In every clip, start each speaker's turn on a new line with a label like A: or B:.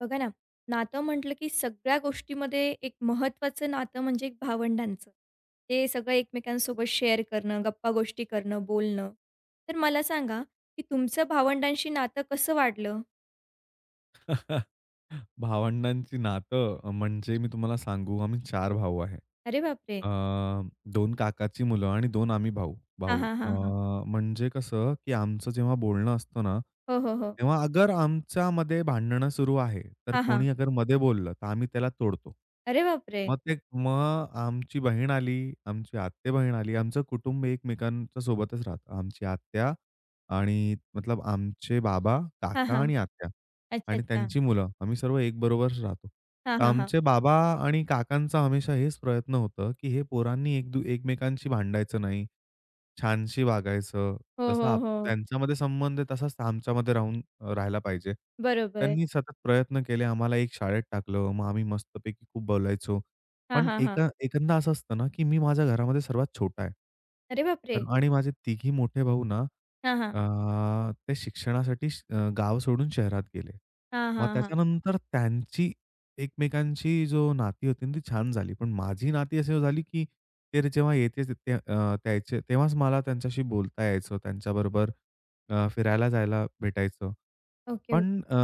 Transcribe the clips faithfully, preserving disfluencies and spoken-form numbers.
A: बघा ना, नातं म्हटलं की सगळ्या गोष्टीमध्ये एक महत्त्वाचं नातं म्हणजे एक भावंडांचं. ते सगळं एकमेकांसोबत शेअर करणं, गप्पागोष्टी करणं, बोलणं. तर मला सांगा, की तुमचं भावंडांशी नातं कसं वाढलं?
B: भावंडांची नातं अ, म्हणजे मी तुम्हाला सांगू आम्ही चार भाऊ आहे.
A: अरे बापरे!
B: अ, दोन काकाची मुलं आणि दोन आम्ही भाऊ
A: हां,
B: भाऊ.
A: हां,
B: अ,
A: हां, हां.
B: म्हणजे कसं की आमचं जेव्हा बोलणं असतं ना,
A: हो, हो, हो.
B: तेव्हा अगर आमच्यामध्ये भांडणं सुरू आहे, तर
A: हां, हां.
B: कोणी अगर मध्ये बोललं, तर आम्ही त्याला तोडतो.
A: अरे बापरे!
B: मग ते मग आमची बहीण आली, आमची आत्ते-बहीण आली. आमचं कुटुंब एकमेकांच्या सोबतच राहतं. आमची आत्या आणि मतलब आमचे बाबा,
A: हां,
B: काका
A: हां.
B: आणि आत्या.
A: अच्छा,
B: आणि
A: अच्छा.
B: त्यांची मुलं. आम्ही सर्व एकबरोबर राहतो.
A: हां,
B: तर
A: हां, हां.
B: आमचे बाबा आणि काकांचा हमेशा हेच प्रयत्न होतं, की हे पोरांनी एक दु एकमेकांशी भांडायचं नाही. छानशी वागायचं.
A: हो,
B: जसं
A: हो,
B: आप
A: हो.
B: त्यांच्यामध्ये संबंध आहे तसाच आमच्यामध्ये राहून अ, राहायला पाहिजे.
A: बरोबर.
B: त्यांनी सतत प्रयत्न केले. आम्हाला एक शाळेत टाकलं. मग आम्ही मस्तपैकी खूप बोलायचो.
A: हां,
B: पण
A: हां, हां.
B: एका एकंदा असं असतं ना, की मी माझ्या घरामध्ये सर्वात छोटा आहे.
A: अरे बापरे!
B: तर आणि माझे तिघी मोठे भाऊ ना,
A: हां, हां.
B: अ, ते शिक्षणासाठी श अ, गाव सोडून शहरात गेले.
A: हां,
B: मग
A: हां, हां.
B: त्याच्यानंतर त्यांची एकमेकांची जो नाती होती ना, ती छान झाली. पण माझी नाती अशी झाली, की ते जेव्हा येते ते अ, त्यायचे तेव्हाच मला त्यांच्याशी बोलता यायचं. त्यांच्याबरोबर अ, फिरायला जायला भेटायचं.
A: Okay, okay.
B: पण अ,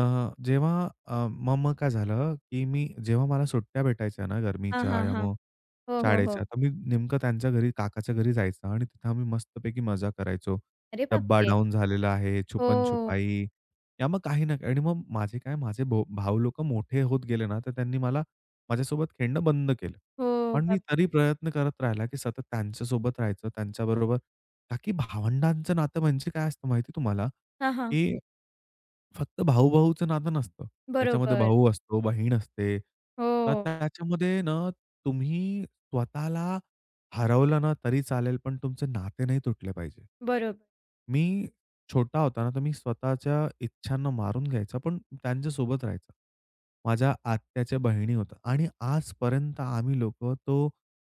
B: जेव्हा अ, मग मग काय झालं, की मी जेव्हा मला सुट्ट्या भेटायच्या ना
A: हां,
B: गरमीच्या
A: हां,
B: या
A: हां.
B: मग
A: हो, हो, हो.
B: शाळेच्या, तर मी नेमकं त्यांच्या घरी, काकाच्या घरी जायचं आणि तिथं आम्ही मस्तपैकी मजा करायचो.
A: अरे
B: डब्बा
A: बापरे!
B: डाउन झालेला आहे,
A: हो,
B: छुपन-छुपाई या मग काही ना काही आणि मग माझे काय, माझे भो भाऊ लोकं मोठे होत गेले ना, तर त्यांनी मला माझ्यासोबत खेळणं बंद केलं.
A: हो.
B: पण मी
A: बाप
B: तरी प्रयत्न करत राहिला, की सतत त्यांच्यासोबत राहायचं, त्यांच्याबरोबर का की भावंडांचं नातं म्हणजे काय असतं माहिती तुम्हाला?
A: हां, हां.
B: की फक्त भाऊ-भाऊचं नातं नसतं. त्याच्यामध्ये
A: बरोबर.
B: भाऊ असतो, बहीण असते. तर
A: हो,
B: त्याच्यामध्ये ना तुम्ही स्वतःला हरवलं ना तरी चालेल, पण तुमचे नाते नाही तुटले पाहिजे.
A: बरोबर.
B: मी छोटा होता ना, तर मी स्वतःच्या इच्छांना मारून घ्यायचा, पण त्यांच्यासोबत राहायचा. माझ्या आत्याच्या बहिणी होत्या आणि आजपर्यंत आम्ही लोकं तो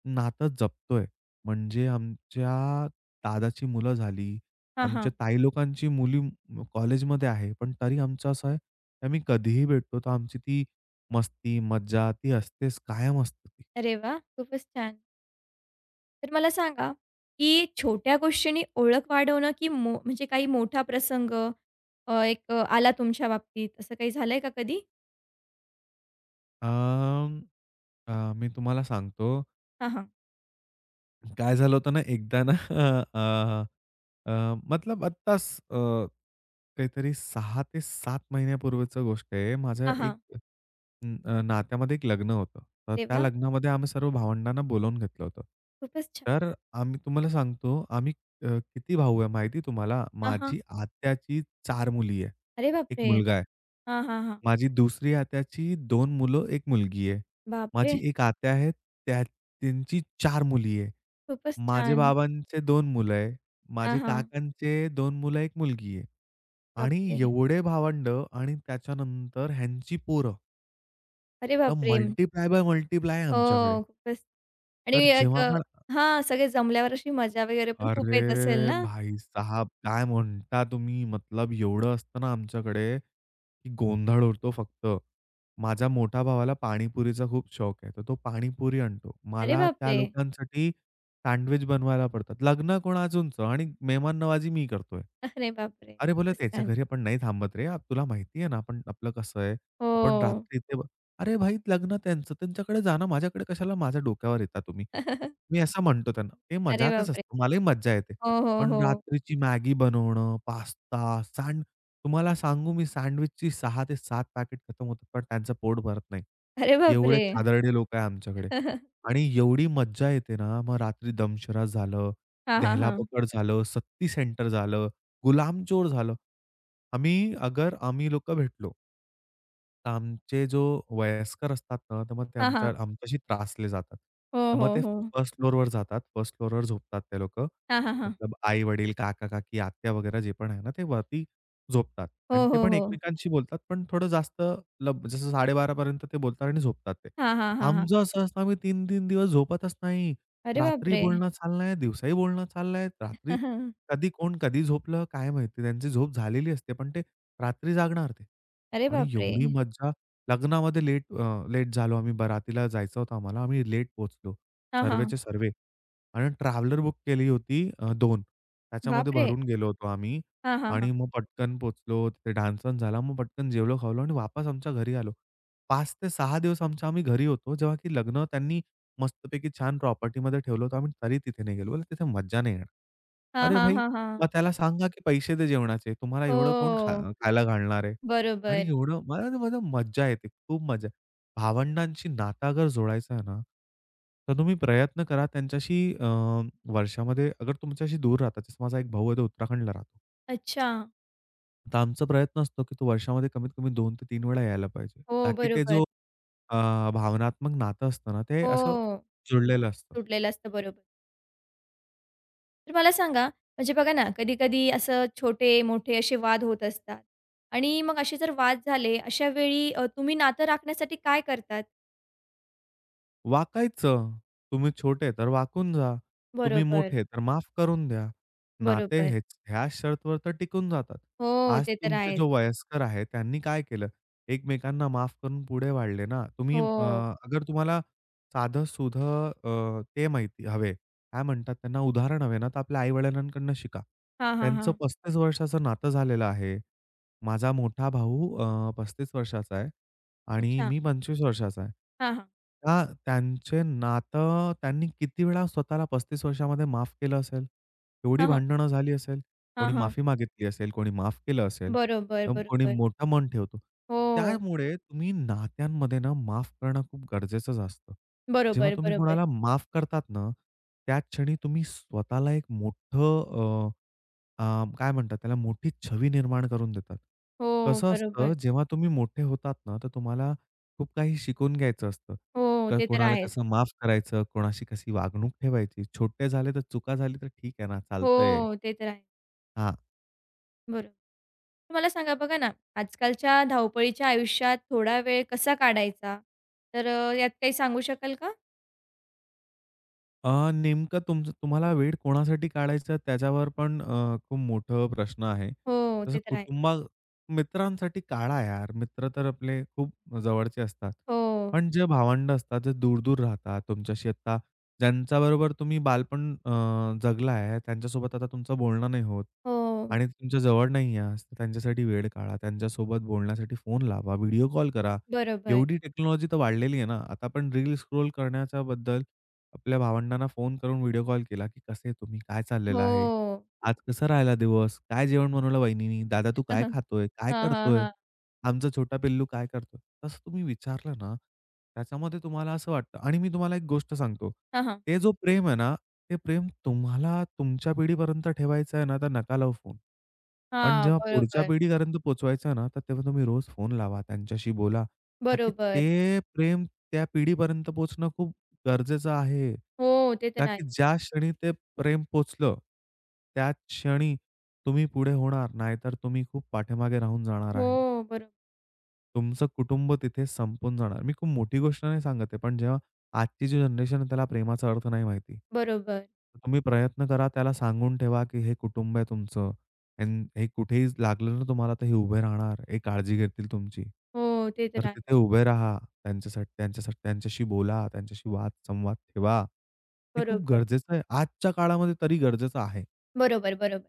B: नातं जपतोय. म्हणजे आमच्या दादाची मुलं झाली.
A: हां,
B: आमच्या
A: हां.
B: ताई लोकांची मुली म- कॉलेजमध्ये आहे, पण तरी आमचं असं आहे, की आम्ही कधीही भेटतो, तर आमची ती मस्ती, मज्जा ती असतेच, कायम असते ती.
A: अरे वाह! खूपच छान. तर मला सांगा, की छोट्या गोष्टींनी ओळख वाढवणं, की मो म्हणजे काही मोठा प्रसंग अ, एक अ, आला तुमच्या बाबतीत, असं काही झालंय का कधी?
B: अं, अ, मी तुम्हाला सांगतो
A: हां, हां.
B: काय झालं होतं ना, एकदा ना अ, अ, मतलब आत्ताच अ, काहीतरी सहा ते सात महिन्यापूर्वीच गोष्ट आहे. माझ्या
A: हां,
B: एक
A: हां.
B: न अ, नात्यामध्ये एक लग्न होतं. तर
A: अरे
B: त्या
A: वाह!
B: लग्नामध्ये आम्ही सर्व भावंडांना बोलावून घेतलं होतं.
A: खूपच छान.
B: तर आम्ही तुम्हाला सांगतो, आम्ही अ, किती भाऊ आहे माहिती तुम्हाला?
A: हां, हां.
B: माझी आत्याची चार मुली आहे,
A: अरे
B: एक
A: बापरे!
B: मुलगा आहे.
A: हां, हां, हां.
B: माझी दुसरी आत्याची दोन मुलं, एक मुलगी आहे.
A: बापरे!
B: माझी एक आत्या आहे, त्या त्यांची चार मुली आहे.
A: खूपच
B: माझे
A: छान.
B: बाबांचे दोन मुलं आहे.
A: हां,
B: माझे
A: हां.
B: काकांचे दोन मुलं, एक मुलगी आहे. आणि
A: बापरे!
B: एवढे भावंडं आणि त्याच्यानंतर ह्यांची पोरं.
A: अरे
B: तर
A: बापरे!
B: मल्टिप्लाय बाय मल्टिप्लाय आहे आमच्याकडे.
A: हो, खूपच आणि
B: तर
A: एक
B: जेव्हा
A: अ,
B: पण
A: हां, सगळे जमल्यावर अशी मजा वगैरे पण खूप येत असेल
B: अरे
A: ना?
B: भाईसाहब! काय म्हणता तुम्ही? मतलब एवढं असतं ना आमच्याकडे की गोंधळ उडतो फक्त. माझ्या मोठ्या भावाला पाणीपुरीचा खूप शौक आहे. तर तो पाणीपुरी आणतो.
A: अरे
B: मला त्या
A: बापरे!
B: लोकांसाठी सँडविच बनवायला पडतात. लग्न कोणाचं आणि मेहमाननवाजी मी करतोय.
A: अरे बापरे!
B: अरे बोलले,
A: खूपच
B: "त्याच्या
A: छान.
B: घरी आपण नाही थांबत रे. तुला माहिती आहे ना आपण आपलं कसं आहे. आपण
A: हो.
B: रात्री ते" "अरे भाई लग्न त्यांचं. त्यांच्याकडे जा ना. माझ्याकडे कशाला माझ्या डोक्यावर येता तुम्ही." मी असं म्हणतो त्यांना. ते
A: अरे
B: मजाकच
A: बापरे!
B: असते. मलाही मज्जा येते.
A: हो, हो,
B: पण
A: हो.
B: रात्रीची मॅगी बनवणं, पास्ता, सँड तुम्हाला सांगू मी सँडविचची सहा ते सात पॅकेट खतम होतात, पण त्यांचं पोट भरत नाही.
A: अरे
B: एवढे
A: बापरे!
B: खादाडे लोकं आहे आमच्याकडे आणि एवढी मज्जा येते ना, मग रात्री दमशराज झालं,
A: हां, हां,
B: दहला
A: हां.
B: पकड झालं, सत्ती सेंटर झालं, गुलामचोर झालं. आम्ही अगर आम्ही लोकं भेटलो तर आमचे जो वयस्कर असतात ना, तर मग ते
A: हां,
B: आमच्या
A: हां.
B: आमच्याशी त्रासले जातात.
A: हो,
B: तर मग
A: हो,
B: ते
A: हो.
B: फर्स्ट फ्लोअरवर जातात. फर्स्ट फ्लोअरवर झोपतात ते लोकं.
A: हां, हां, हां.
B: मतलब आई-वडील, काका-काकी, आत्या वगैरे जे पण आहे ना, ते वरती झोपतात आणि
A: हो,
B: ते
A: हो,
B: पण
A: हो.
B: एकमेकांशी बोलतात, पण थोडं जास्त लब जसं साडे बारा पर्यंत ते बोलतात आणि झोपतात ते.
A: हां, हां, हां, हां.
B: आमचं असं असतं आम्ही तीन तीन दिवस झोपतच नाही.
A: अरे
B: रात्री
A: बापरे!
B: बोलणं चाललं दिवसाही बोलणं चाललं रात्री कधी कोण कधी झोपलं काय माहिती? त्यांची झोप झालेली असते, पण ते रात्री जागणार ते.
A: अरे
B: आणि
A: बापरे!
B: एवढी मज्जा लग्नामध्ये लेट अ, लेट झालो आम्ही. बारातीला जायचं होतं आम्हाला. आम्ही लेट पोहोचलो.
A: हां, हां.
B: सर्वेचे सर्वे. आणि ट्रॅव्हलर बुक केली होती अ, दोन. त्याच्यामध्ये
A: बापरे!
B: भरून गेलो होतो आम्ही.
A: हां, हां, हां.
B: आणि मग पटकन पोहोचलो. तिथे डान्स वान्स झाला. मग पटकन जेवलो खावलो आणि वापस आमच्या घरी आलो. पाच ते सहा दिवस आमच्या आम्ही घरी होतो. जेव्हा की लग्न त्यांनी मस्तपैकी छान प्रॉपर्टीमध्ये ठेवलं होतं. आम्ही तरी तिथे नाही गेलो. बोलले, "तिथे मज्जा नाही येणार."
A: हां,
B: अरे
A: हां,
B: भाई
A: हां, हां.
B: मग त्याला सांगा, की पैसे दे जेवणाचे. तुम्हाला एवढं कोण खा
A: हो.
B: खायला घालणार आहे? आणि
A: बरोबर.
B: एवढं मला तर माझं मज्जा येते. खूप मजा. भावंडांशी नाता अगर जोडायचं आहे ना, तर तुम्ही प्रयत्न करा त्यांच्याशी अ, वर्षामध्ये अगर तुमच्याशी दूर राहतात. जसं माझा एक भाऊ आहे, तो उत्तराखंडला राहतो.
A: अच्छा.
B: तर आमचा प्रयत्न असतो, की तो वर्षामध्ये कमीत कमी दोन ते तीन वेळा यायला पाहिजे.
A: हो,
B: ताकी ते
A: बरोबर.
B: जो अ, भावनात्मक नातं असतं ना, ते
A: हो.
B: असं जुळलेलं असतं.
A: तुटलेलं असतं. बरोबर. तर मला सांगा, म्हणजे बघा ना, कधी-कधी असं छोटे-मोठे असे वाद होत असतात आणि मग असे जर वाद झाले, अशा वेळी अ, तुम्ही नातं राखण्यासाठी काय करतात?
B: वाकायचं. तुम्ही छोटे तर वाकून जा. तुम्ही
A: बरोबर,
B: मोठे तर माफ करून द्या. नाते
A: बरोबर.
B: हेच ह्या शर्तवर तर टिकून जातात.
A: हो,
B: आज
A: ते तर
B: तुमचे
A: आहेच.
B: जो वयस्कर आहे त्यांनी काय केलं? एकमेकांना माफ करून पुढे वाढले ना. तुम्ही
A: हो.
B: अ, अगर तुम्हाला साधं-सुधं अ, ते माहिती हवे, काय म्हणतात त्यांना उदाहरण हवे ना, तर आपल्या आई-वडिलांकडनं शिका.
A: हां, हां,
B: त्यांचं
A: हां.
B: पस्तीस वर्षाचं नातं झालेलं आहे. माझा मोठा भाऊ अ, पस्तीस वर्षाचा आहे. आणि
A: अच्छा.
B: मी पंचवीस वर्षाचा आहे.
A: हां, हां.
B: का, त्यांचे नातं त्यांनी किती वेळा स्वतःला पस्तीस वर्षामध्ये माफ केलं असेल? एवढी
A: हां, हां.
B: भांडणं झाली असेल.
A: हां,
B: कोणी
A: हां.
B: माफी मागितली असेल, कोणी माफ केलं असेल,
A: बरोबर,
B: तर कोणी
A: बरोबर.
B: मोठं मन ठेवतो.
A: हो.
B: त्यामुळे तुम्ही नात्यांमध्ये ना माफ करणं खूप गरजेचंच असतं. जेव्हा
A: बरोबर,
B: तुम्ही
A: बरोबर.
B: कोणाला माफ करतात ना, त्याच क्षणी तुम्ही स्वतःला एक मोठं अ, काय म्हणतात त्याला मोठी छवी निर्माण करून देतात.
A: हो,
B: कसं असतं
A: बरोबर.
B: जेव्हा तुम्ही मोठे होतात ना, तर तुम्हाला खूप काही शिकून घ्यायचं असतं.
A: हो,
B: क
A: ते तर
B: कोणाला
A: आहेच.
B: कसं माफ करायचं, कोणाशी कशी वागणूक ठेवायची. छोटे झाले तर चुका झाली तर ठीक आहे ना, चालतंय.
A: हो, ते तर आहे.
B: हां.
A: बरोबर. मला सांगा बघा ना, आजकालच्या धावपळीच्या आयुष्यात थोडा वेळ कसा काढायचा? तर अ, यात काही सांगू शकाल का?
B: अ, नेमकं तुमचं तुम्हाला वेळ कोणासाठी काढायचा त्याच्यावर पण अ, खूप मोठं प्रश्न आहे.
A: हो,
B: जसं
A: ते तर आहे.
B: कुटुंबा मित्रांसाठी काढा यार. मित्र तर आपले खूप जवळचे असतात.
A: हो,
B: पण जे भावंड असतात, जे दूर-दूर राहतात तुमच्याशी आता ज्यांच्याबरोबर तुम्ही बालपण अ, जगला आहे, त्यांच्यासोबत आता तुमचं बोलणं नाही होत
A: हो.
B: आणि तुमच्या जवळ नाही आहे, तर त्यांच्यासाठी वेळ काढा. त्यांच्यासोबत बोलण्यासाठी फोन लावा, व्हिडिओ कॉल करा.
A: बरोबर.
B: एवढी टेक्नॉलॉजी तर वाढलेली आहे ना. आता आपण रील स्क्रोल करण्याच्याबद्दल आपल्या भावंडांना फोन करून व्हिडिओ कॉल केला, की "कसे तुम्ही? काय चाललेलं आहे?
A: हो.
B: आज कसा राहिला दिवस? काय जेवण बनवलं वहिनीनी? दादा तू काय खातोय? काय
A: हां, हां,
B: करतोय?
A: हां.
B: आमचा छोटा पिल्लू काय करतोय?" तसं तुम्ही विचारलं ना, त्याच्यामध्ये तुम्हाला असं वाटतं आणि मी तुम्हाला एक गोष्ट सांगतो.
A: हां, हां.
B: ते जो प्रेम आहे ना, ते प्रेम तुम्हाला तुमच्या पिढीपर्यंत ठेवायचं आहे ना, तर नका लावू फोन. पण
A: हां,
B: जेव्हा पुढच्या
A: बरोबर,
B: पिढीपर्यंत पोहोचवायचा ना, तर तेव्हा तुम्ही रोज फोन लावा, त्यांच्याशी बोला. का की
A: बरोबर.
B: ते प्रेम त्या पिढीपर्यंत पोहोचणं खूप गरजेचं आहे.
A: हो, ते
B: का
A: तर आहे.
B: की ज्या क्षणी ते प्रेम पोहोचलं, त्याच क्षणी तुम्ही पुढे होणार, नाहीतर तुम्ही खूप पाठीमागे राहून जाणार आहे.
A: हो, बरो
B: तुमचं कुटुंब तिथे संपून जाणार. मी खूप मोठी गोष्ट नाही सांगत आहे, पण जेव्हा आजची जी जनरेशन आहे त्याला प्रेमाचा अर्थ नाही माहिती.
A: बरोबर.
B: तुम्ही प्रयत्न करा त्याला सांगून ठेवा, की हे कुटुंब आहे तुमचं आणि हे कुठेही लागलं ना तुम्हाला तर हे उभे राहणार. हे काळजी घेतील तुमची.
A: हो, ते तर
B: तर
A: आहे.
B: तिथे उभे राहा. त्यांच्यासाठी त्यांच्यासाठी त्यांच्याशी बोला, त्यांच्याशी वाद संवाद ठेवा. हे खूप
A: बरोबर,
B: गरजेचं आहे. आजच्या काळामध्ये तरी गरजेचं आहे.
A: बरोबर, बरोबर.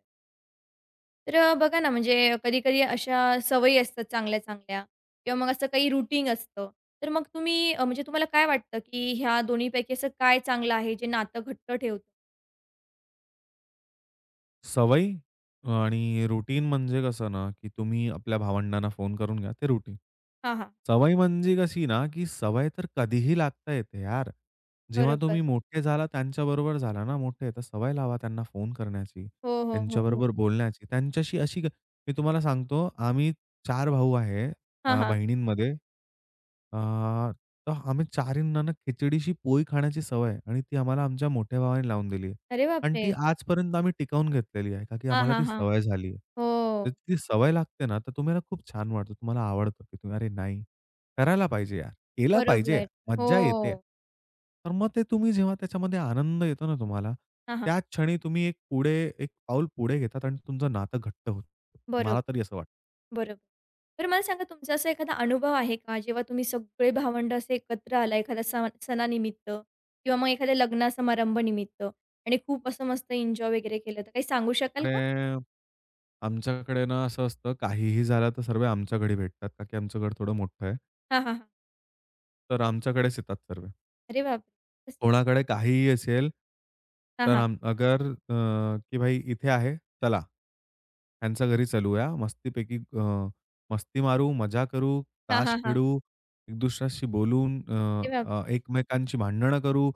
A: तर अ, बघा ना, म्हणजे कधी-कधी अशा सवयी असतात चांगल्या-चांगल्या किंवा मग असं काही रूटीन असतं. तर मग तुम्ही अ, म्हणजे तुम्हाला काय वाटतं, की ह्या दोन्हीपैकी असं काय चांगलं आहे, जे नातं घट्ट ठेवतं?
B: सवयी आणि रुटीन म्हणजे कसं ना, की तुम्ही आपल्या भावंडांना फोन करून घ्या, ते रुटीन.
A: हां, हां.
B: सवय म्हणजे कशी ना, की सवय तर कधीही लागता येते यार. जेव्हा
A: बरोबर.
B: तुम्ही मोठे झाला, त्यांच्याबरोबर झाला ना मोठे, तर सवय लावा त्यांना फोन करण्याची,
A: हो, हो, हो, हो.
B: त्यांच्याबरोबर बोलण्याची. त्यांच्याशी अशी ग- मी तुम्हाला सांगतो, आम्ही चार भाऊ आहे
A: हां,
B: अ,
A: हां.
B: बहिणींमध्ये. अ, तर आम्ही चार ना खिचडीशी पोळी खाण्याची सवय आहे आणि ती आम्हाला आमच्या मोठ्या भावाने लावून दिली
A: अरे
B: आणि
A: बापरे!
B: ती आजपर्यंत आम्ही टिकवून घेतलेली आहे, का की
A: हां,
B: आम्हाला
A: हां,
B: ती
A: हां.
B: सवय झाली आहे.
A: हो.
B: तर ती सवय लागते ना, तर तुम्हाला खूप छान वाटतं. तुम्हाला आवडतं, की तुम्ही "अरे नाही, करायला पाहिजे यार, केलं पाहिजे
A: बरोबर.
B: यार,
A: हो.
B: मज्जा येते यार." तर मग ते तुम्ही जेव्हा त्याच्यामध्ये आनंद येतो ना तुम्हाला,
A: हां, हां.
B: त्याच क्षणी तुम्ही एक पुढे एक पाऊल पुढे घेतात आणि तुमचं नातं घट्ट होतं.
A: बरोबर.
B: मला तरी असं वाटतं.
A: बरोबर. तर मला सांगा तुमचा असा एखादा अनुभव आहे का, जेव्हा तुम्ही सगळे भावंड असे एकत्र आला एखाद्या सण सणानिमित्त किंवा मग एखाद्या लग्न समारंभनिमित्त आणि खूप असं मस्त एन्जॉय वगैरे केलं, तर काही सांगू शकाल
B: अरे,
A: का?
B: आमच्याकडे ना असं असतं काहीही झालं तर सर्व आमच्याकडे भेटतात, का की आमचं घर थोडं मोठं आहे.
A: हां, हां, हां.
B: तर आमच्याकडेच येतात सर्व.
A: अरे बापरे!
B: कोणाकडे काहीही असेल,
A: हां,
B: तर
A: हां.
B: आम अगर अ, की भाई इथे आहे, चला ह्यांच्या घरी चलूया. मस्तपैकी अ, मस्ती मारू, मजा करू,
A: हां,
B: ताश
A: हां, हां.
B: खेळू, एक दुसऱ्याशी बोलून अ,
A: अरे बाप
B: अ, एकमेकांची भांडणं करू,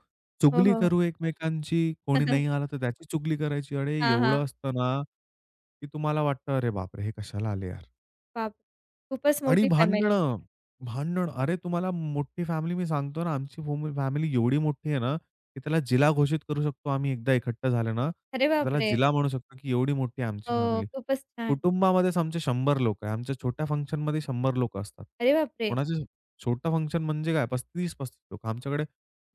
A: हो, हो,
B: चुगली
A: हो.
B: करू एकमेकांची. कोणी नाही आला तर त्याची चुगली करायची. अरे,
A: हां,
B: एवढं
A: हां.
B: असतं ना, की तुम्हाला वाटतं, "अरे बापरे! हे कशाला आले यार?"
A: बाप खूपच
B: आणि
A: मोठी फॅमिली आहे.
B: भांडणं, भांडण. अरे, तुम्हाला मोठी फॅमिली मी सांगतो ना, आमची फॅमि फॅमिली एवढी मोठी आहे ना, की त्याला जिल्हा घोषित करू शकतो आम्ही एकदा इकट्ठा झाले ना.
A: अरे
B: त्याला
A: बापरे!
B: जिल्हा म्हणू शकतो, की एवढी मोठी आहे आमची
A: हो,
B: फॅमिली.
A: खूपच छान.
B: कुटुंबामध्येच आमचे शंभर लोकं आहे. आमच्या छोट्या फंक्शनमध्ये शंभर लोकं असतात.
A: अरे बापरे!
B: कोणाचे छोटं फंक्शन म्हणजे काय पस्तीस पस्तीस लोकं. आमच्याकडे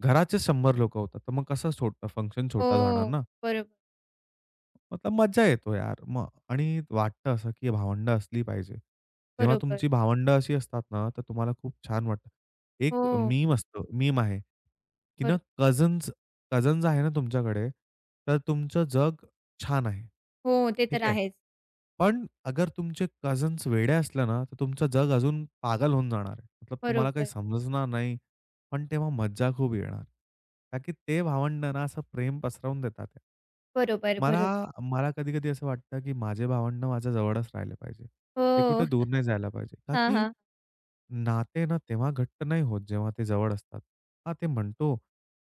B: घराचेच शंभर लोकं होतात. तर मग कसं छोटं फंक्शन छोटा जाणार
A: हो.
B: ना.
A: बरोबर,
B: मतलब मज्जा येतो यार. मग आणि वाटतं असं, की भावंड असली पाहिजे. जेव्हा
A: बरोबर.
B: तुमची भावंड अशी असतात ना, तर तुम्हाला खूप छान वाटतं. एक
A: हो,
B: मीम असतं मीम आहे, की ना
A: बरो
B: कझन्स कझन्स आहे ना तुमच्याकडे, तर तुमचं जग छान आहे.
A: हो, ते तर
B: ठीक आहे?
A: आहेच.
B: पण अगर तुमचे कझन्स वेडे असले ना, तर तुमचं जग अजून पागल होऊन जाणार आहे. मतलब तुम्हाला काही
A: बरोबर,
B: समजणार नाही, पण तेव्हा मज्जा खूप येणार. का की ते भावंड ना असं प्रेम पसरवून देतात.
A: बरोबर,
B: मला
A: बरोबर.
B: मला कधी-कधी असं वाटतं, की माझे भावंड माझ्या जवळच राहिले पाहिजे. ते
A: हो.
B: कुठे दूर नाही जायला पाहिजे. का
A: हां,
B: की
A: हां.
B: नाते ना तेव्हा घट्ट नाही होत, जेव्हा ते जवळ असतात. हां, ते म्हणतो,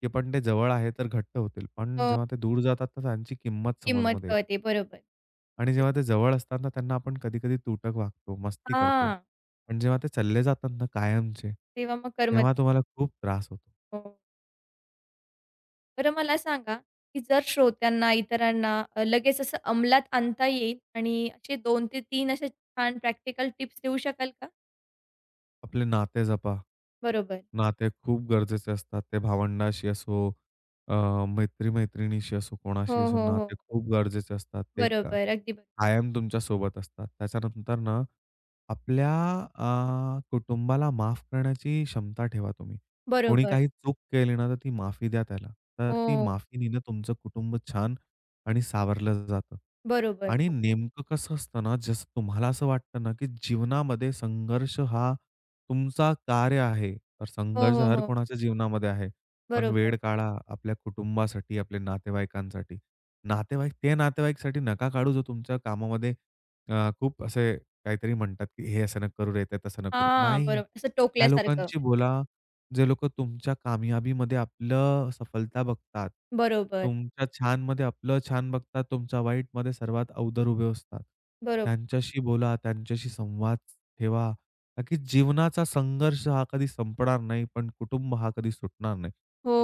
B: की पण ते जवळ आहे तर घट्ट होतील. पण
A: हो,
B: जेव्हा ते दूर जातात, तर त्यांची किंमत
A: किंमत
B: समजमध्ये येते.
A: कळते. बरोबर.
B: आणि जेव्हा ते जवळ असतात ना, त्यांना आपण कधी-कधी तुटक वागतो, मस्ती करतो.
A: हां,
B: पण जेव्हा ते चालले जातात ना कायमचे,
A: तेव्हा मग करमत
B: तेव्हा तुम्हाला खूप त्रास होतो.
A: हो. बरं मला सांगा, की जर श्रोत्यांना, इतरांना अ, लगेच असं अंमलात आणता येईल आणि असे दोन ते तीन असे छान प्रॅक्टिकल टिप्स देऊ शकाल का?
B: आपले नाते जपा.
A: बरोबर.
B: नाते खूप गरजेचे असतात. ते भावंडाशी असो, अ, मैत्री-मैत्रिणीशी असो,
A: हो,
B: कोणाशी असो,
A: हो, हो.
B: नाते खूप गरजेचे असतात. ते का
A: बरोबर. अगदी बरो
B: कायम तुमच्या सोबत असतात. त्याच्यानंतर ना, आपल्या अ, कुटुंबाला माफ करण्याची क्षमता ठेवा तुम्ही. कोणी
A: बरोबर.
B: काही चूक केली ना, तर ती माफी द्या त्याला. तर ती
A: हो,
B: माफीने ना तुमचं कुटुंब छान आणि सावरलं जातं.
A: बरोबर.
B: आणि नेमकं कसं असतं ना, जसं तुम्हाला असं वाटतं ना, की जीवनामध्ये संघर्ष हा तुमचा कार्य आहे. तर
A: हो,
B: संघर्ष
A: हो,
B: हर
A: हो.
B: कोणाच्या जीवनामध्ये आहे. पण
A: बरोबर.
B: वेळ काढा आपल्या कुटुंबासाठी, आपल्या नातेवाईकांसाठी. नातेवाईक ते नातेवाईकसाठी नका काढू जो तुमच्या कामामध्ये अ, खूप असे काहीतरी म्हणतात, की हे असं नका करू रे, ते तसं नका करू.
A: हां,
B: नाही.
A: बरोबर. असं
B: त्या
A: टोकल्यासारखं.
B: लोकांशी बोला जे लोकं तुमच्या कामयाबीमध्ये आपलं सफलता बघतात,
A: बरोबर,
B: तुमच्या छानमध्ये आपलं छान बघतात, तुमच्या वाईटमध्ये सर्वात अगोदर उभे असतात.
A: बरोबर.
B: त्यांच्याशी बोला, त्यांच्याशी संवाद ठेवा. का की जीवनाचा संघर्ष हा कधी संपणार नाही, पण कुटुंब हा कधी सुटणार नाही.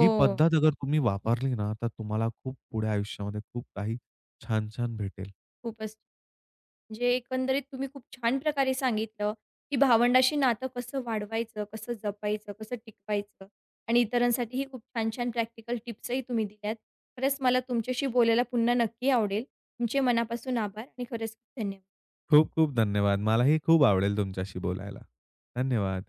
B: ही पद्धत अगर तुम्ही वापरली ना, तर तुम्हाला खूप पुढे आयुष्यामध्ये खूप काही छान-छान भेटेल.
A: खूपच म्हणजे एकंदरीत तुम्ही खूप छान प्रकारे सांगितलं, की भावंडाशी नातं कसं वाढवायचं, कसं जपायचं, कसं टिकवायचं आणि इतरांसाठीही खूप छान-छान प्रॅक्टिकल टिप्सही तुम्ही दिल्यात. खरंच मला तुमच्याशी बोलायला पुन्हा नक्की आवडेल. तुमचे मनापासून आभार आणि खरंच खूप धन्यवाद.
B: खूप-खूप धन्यवाद. मलाही खूप आवडेल तुमच्याशी बोलायला. धन्यवाद.